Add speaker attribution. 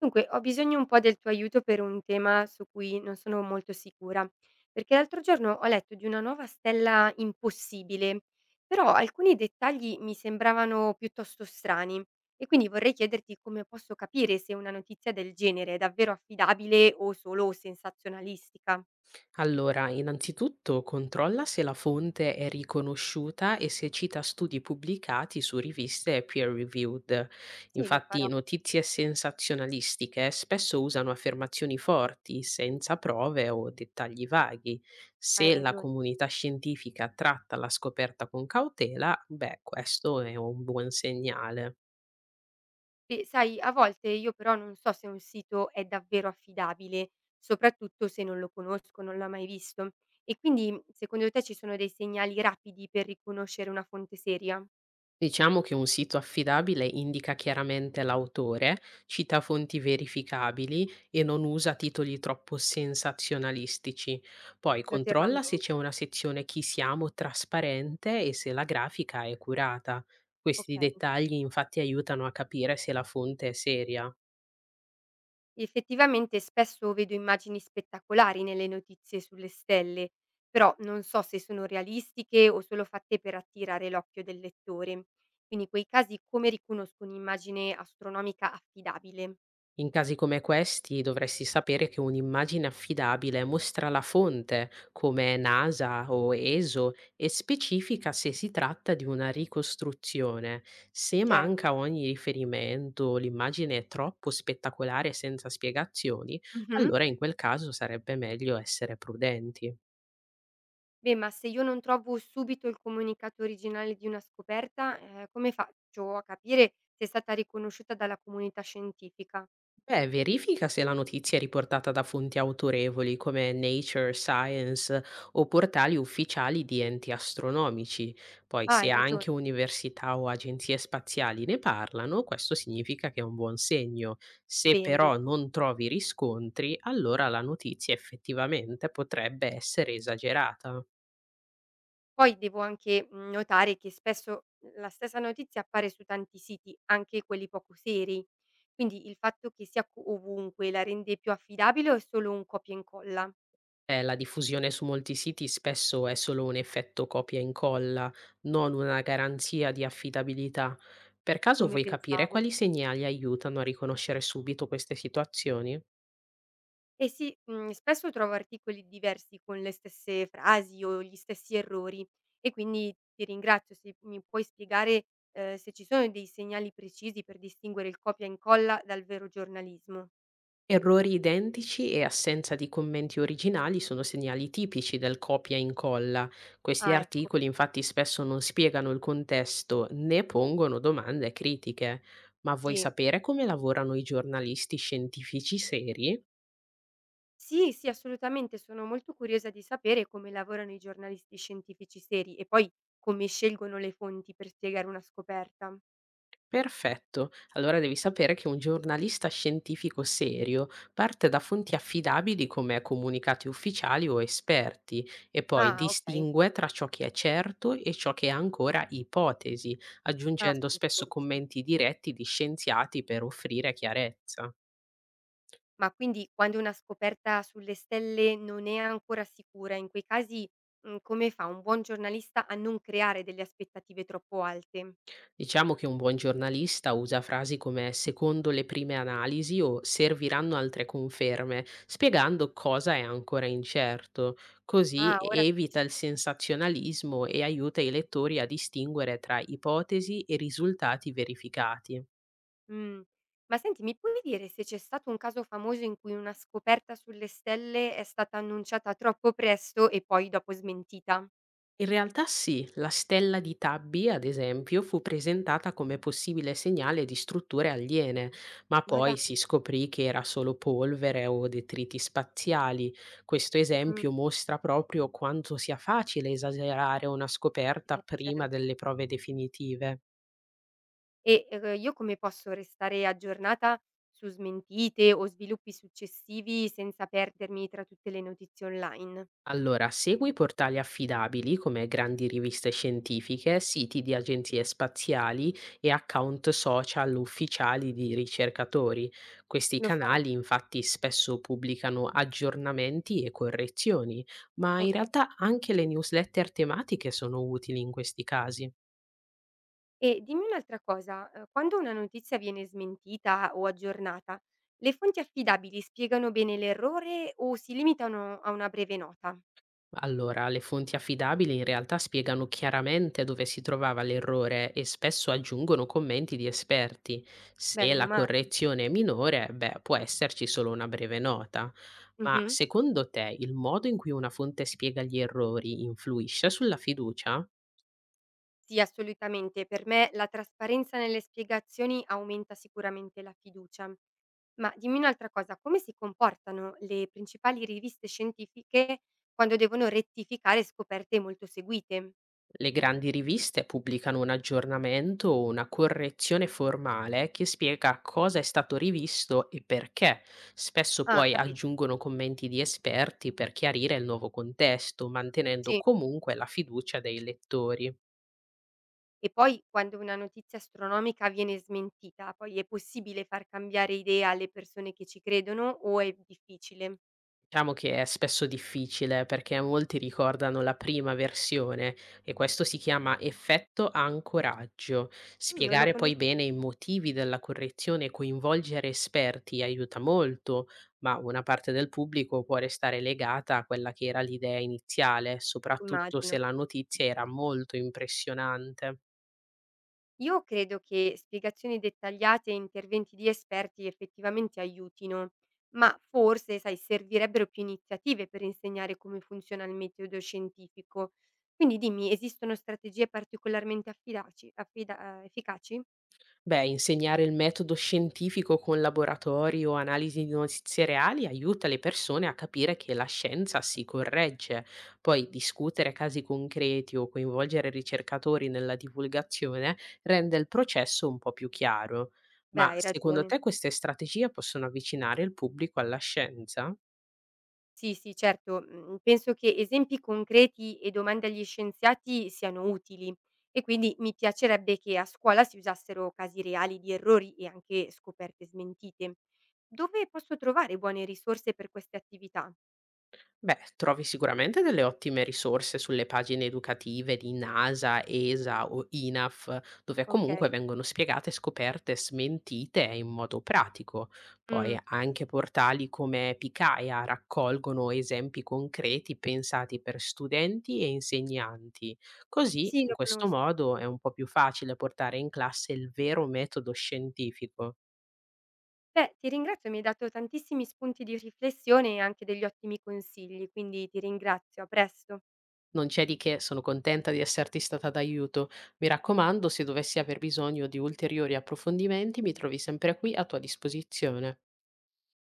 Speaker 1: Dunque, ho bisogno un po' del tuo aiuto per un tema su cui non sono molto sicura, perché l'altro giorno ho letto di una nuova stella impossibile, però alcuni dettagli mi sembravano piuttosto strani e quindi vorrei chiederti come posso capire se una notizia del genere è davvero affidabile o solo sensazionalistica.
Speaker 2: Allora, innanzitutto controlla se la fonte è riconosciuta e se cita studi pubblicati su riviste peer reviewed.
Speaker 1: Sì, lo
Speaker 2: Infatti,
Speaker 1: farò,
Speaker 2: notizie sensazionalistiche spesso usano affermazioni forti, senza prove o dettagli vaghi.
Speaker 1: hai
Speaker 2: Se la
Speaker 1: ragione.
Speaker 2: comunità scientifica tratta la scoperta con cautela, beh, questo è un buon segnale.
Speaker 1: E sai, a volte io però non so se un sito è davvero affidabile, soprattutto se non lo conosco, non l'ho mai visto. E quindi secondo te ci sono dei segnali rapidi per riconoscere una fonte seria?
Speaker 2: Diciamo che un sito affidabile indica chiaramente l'autore, cita fonti verificabili e non usa titoli troppo sensazionalistici. Poi
Speaker 1: Lo terrò a
Speaker 2: controlla
Speaker 1: mente.
Speaker 2: se c'è una sezione chi siamo trasparente e se la grafica è curata. Questi
Speaker 1: Ok.
Speaker 2: dettagli infatti aiutano a capire se la fonte è seria.
Speaker 1: Effettivamente spesso vedo immagini spettacolari nelle notizie sulle stelle, però non so se sono realistiche o solo fatte per attirare l'occhio del lettore. Quindi in quei casi come riconosco un'immagine astronomica affidabile?
Speaker 2: In casi come questi dovresti sapere che un'immagine affidabile mostra la fonte, come NASA o ESO, e specifica se si tratta di una ricostruzione. Se
Speaker 1: Certo.
Speaker 2: manca ogni riferimento, o l'immagine è troppo spettacolare senza spiegazioni,
Speaker 1: Mhm.
Speaker 2: allora in quel caso sarebbe meglio essere prudenti.
Speaker 1: Beh, ma se io non trovo subito il comunicato originale di una scoperta, come faccio a capire se è stata riconosciuta dalla comunità scientifica?
Speaker 2: Beh, verifica se la notizia è riportata da fonti autorevoli come Nature, Science o portali ufficiali di enti astronomici. Poi,
Speaker 1: Ah,
Speaker 2: se
Speaker 1: hai ragione.
Speaker 2: anche università o agenzie spaziali ne parlano, questo significa che è un buon segno. Se
Speaker 1: Bene,
Speaker 2: però
Speaker 1: bene.
Speaker 2: non trovi riscontri, allora la notizia effettivamente potrebbe essere esagerata.
Speaker 1: Poi devo anche, notare che spesso la stessa notizia appare su tanti siti, anche quelli poco seri. Quindi il fatto che sia co ovunque la rende più affidabile o è solo un copia e incolla?
Speaker 2: La diffusione su molti siti spesso è solo un effetto copia e incolla, non una garanzia di affidabilità. Per caso
Speaker 1: Come
Speaker 2: vuoi capire
Speaker 1: pensavo.
Speaker 2: quali segnali aiutano a riconoscere subito queste situazioni?
Speaker 1: Eh sì, spesso trovo articoli diversi con le stesse frasi o gli stessi errori e quindi ti ringrazio se mi puoi spiegare, se ci sono dei segnali precisi per distinguere il copia e incolla dal vero giornalismo.
Speaker 2: Errori identici e assenza di commenti originali sono segnali tipici del copia e incolla. Questi
Speaker 1: Ah ecco,
Speaker 2: articoli infatti spesso non spiegano il contesto né pongono domande critiche. Ma vuoi
Speaker 1: sì.
Speaker 2: sapere come lavorano i giornalisti scientifici seri?
Speaker 1: Sì, sì, assolutamente, sono molto curiosa di sapere come lavorano i giornalisti scientifici seri e poi come scelgono le fonti per spiegare una scoperta.
Speaker 2: Perfetto. Allora devi sapere che un giornalista scientifico serio parte da fonti affidabili come comunicati ufficiali o esperti e poi
Speaker 1: Ah okay,
Speaker 2: distingue tra ciò che è certo e ciò che è ancora ipotesi,
Speaker 1: ah
Speaker 2: aggiungendo spesso
Speaker 1: assolutamente sì.
Speaker 2: commenti diretti di scienziati per offrire chiarezza.
Speaker 1: Ma quindi quando una scoperta sulle stelle non è ancora sicura, in quei casi, come fa un buon giornalista a non creare delle aspettative troppo alte?
Speaker 2: Diciamo che un buon giornalista usa frasi come secondo le prime analisi o serviranno altre conferme, spiegando cosa è ancora incerto. Così
Speaker 1: Ah, ora
Speaker 2: evita il
Speaker 1: capisco.
Speaker 2: sensazionalismo e aiuta i lettori a distinguere tra ipotesi e risultati verificati.
Speaker 1: Mh. Ma senti, mi puoi dire se c'è stato un caso famoso in cui una scoperta sulle stelle è stata annunciata troppo presto e poi dopo smentita?
Speaker 2: In realtà sì, la stella di Tabby, ad esempio, fu presentata come possibile segnale di strutture aliene, ma
Speaker 1: Ma
Speaker 2: poi si
Speaker 1: dai.
Speaker 2: scoprì che era solo polvere o detriti spaziali. Questo
Speaker 1: Mh.
Speaker 2: esempio mostra proprio quanto sia facile esagerare una scoperta prima
Speaker 1: Certo.
Speaker 2: delle prove definitive.
Speaker 1: E, io come posso restare aggiornata su smentite o sviluppi successivi senza perdermi tra tutte le notizie online?
Speaker 2: Allora, segui portali affidabili come grandi riviste scientifiche, siti di agenzie spaziali e account social ufficiali di ricercatori. Questi
Speaker 1: Lo farò,
Speaker 2: canali infatti spesso pubblicano aggiornamenti e correzioni, ma in
Speaker 1: okay.
Speaker 2: realtà anche le newsletter tematiche sono utili in questi casi.
Speaker 1: E dimmi un'altra cosa, quando una notizia viene smentita o aggiornata, le fonti affidabili spiegano bene l'errore o si limitano a una breve nota?
Speaker 2: Allora, le fonti affidabili in realtà spiegano chiaramente dove si trovava l'errore e spesso aggiungono commenti di esperti.
Speaker 1: Beh,
Speaker 2: Se
Speaker 1: meno
Speaker 2: la
Speaker 1: male.
Speaker 2: correzione è minore, beh, può esserci solo una breve nota. Ma
Speaker 1: Mh-mh.
Speaker 2: secondo te il modo in cui una fonte spiega gli errori influisce sulla fiducia?
Speaker 1: Sì, assolutamente. Per me la trasparenza nelle spiegazioni aumenta sicuramente la fiducia. Ma dimmi un'altra cosa, come si comportano le principali riviste scientifiche quando devono rettificare scoperte molto seguite?
Speaker 2: Le grandi riviste pubblicano un aggiornamento o una correzione formale che spiega cosa è stato rivisto e perché. Spesso
Speaker 1: Ah,
Speaker 2: poi
Speaker 1: capito,
Speaker 2: aggiungono commenti di esperti per chiarire il nuovo contesto, mantenendo
Speaker 1: sì.
Speaker 2: comunque la fiducia dei lettori.
Speaker 1: E poi quando una notizia astronomica viene smentita, poi è possibile far cambiare idea alle persone che ci credono o è difficile?
Speaker 2: Diciamo che è spesso difficile perché molti ricordano la prima versione e questo si chiama effetto ancoraggio.
Speaker 1: Mm, non lo
Speaker 2: Spiegare poi
Speaker 1: conoscevo,
Speaker 2: bene i motivi della correzione e coinvolgere esperti aiuta molto, ma una parte del pubblico può restare legata a quella che era l'idea iniziale, soprattutto se
Speaker 1: immagino.
Speaker 2: la notizia era molto impressionante.
Speaker 1: Io credo che spiegazioni dettagliate e interventi di esperti effettivamente aiutino, ma forse, sai, servirebbero più iniziative per insegnare come funziona il metodo scientifico. Quindi dimmi, esistono strategie particolarmente efficaci?
Speaker 2: Beh, insegnare il metodo scientifico con laboratori o analisi di notizie reali aiuta le persone a capire che la scienza si corregge. Poi discutere casi concreti o coinvolgere ricercatori nella divulgazione rende il processo un po' più chiaro.
Speaker 1: Beh,
Speaker 2: Ma
Speaker 1: hai
Speaker 2: secondo
Speaker 1: ragione.
Speaker 2: te queste strategie possono avvicinare il pubblico alla scienza?
Speaker 1: Sì, sì, certo. Mhmm, Penso che esempi concreti e domande agli scienziati siano utili e quindi mi piacerebbe che a scuola si usassero casi reali di errori e anche scoperte smentite. Dove posso trovare buone risorse per queste attività?
Speaker 2: Beh, trovi sicuramente delle ottime risorse sulle pagine educative di NASA, ESA o INAF, dove comunque
Speaker 1: Okay.
Speaker 2: vengono spiegate scoperte smentite in modo pratico. Poi
Speaker 1: Mh.
Speaker 2: anche portali come Picaia raccolgono esempi concreti pensati per studenti e insegnanti. Così,
Speaker 1: Sì,
Speaker 2: in
Speaker 1: lo
Speaker 2: questo
Speaker 1: conosco.
Speaker 2: modo, è un po' più facile portare in classe il vero metodo scientifico.
Speaker 1: Beh, ti ringrazio, mi hai dato tantissimi spunti di riflessione e anche degli ottimi consigli, quindi ti ringrazio. A presto.
Speaker 2: Non c'è di che, sono contenta di esserti stata d'aiuto. Mi raccomando, se dovessi aver bisogno di ulteriori approfondimenti, mi trovi sempre qui a tua disposizione.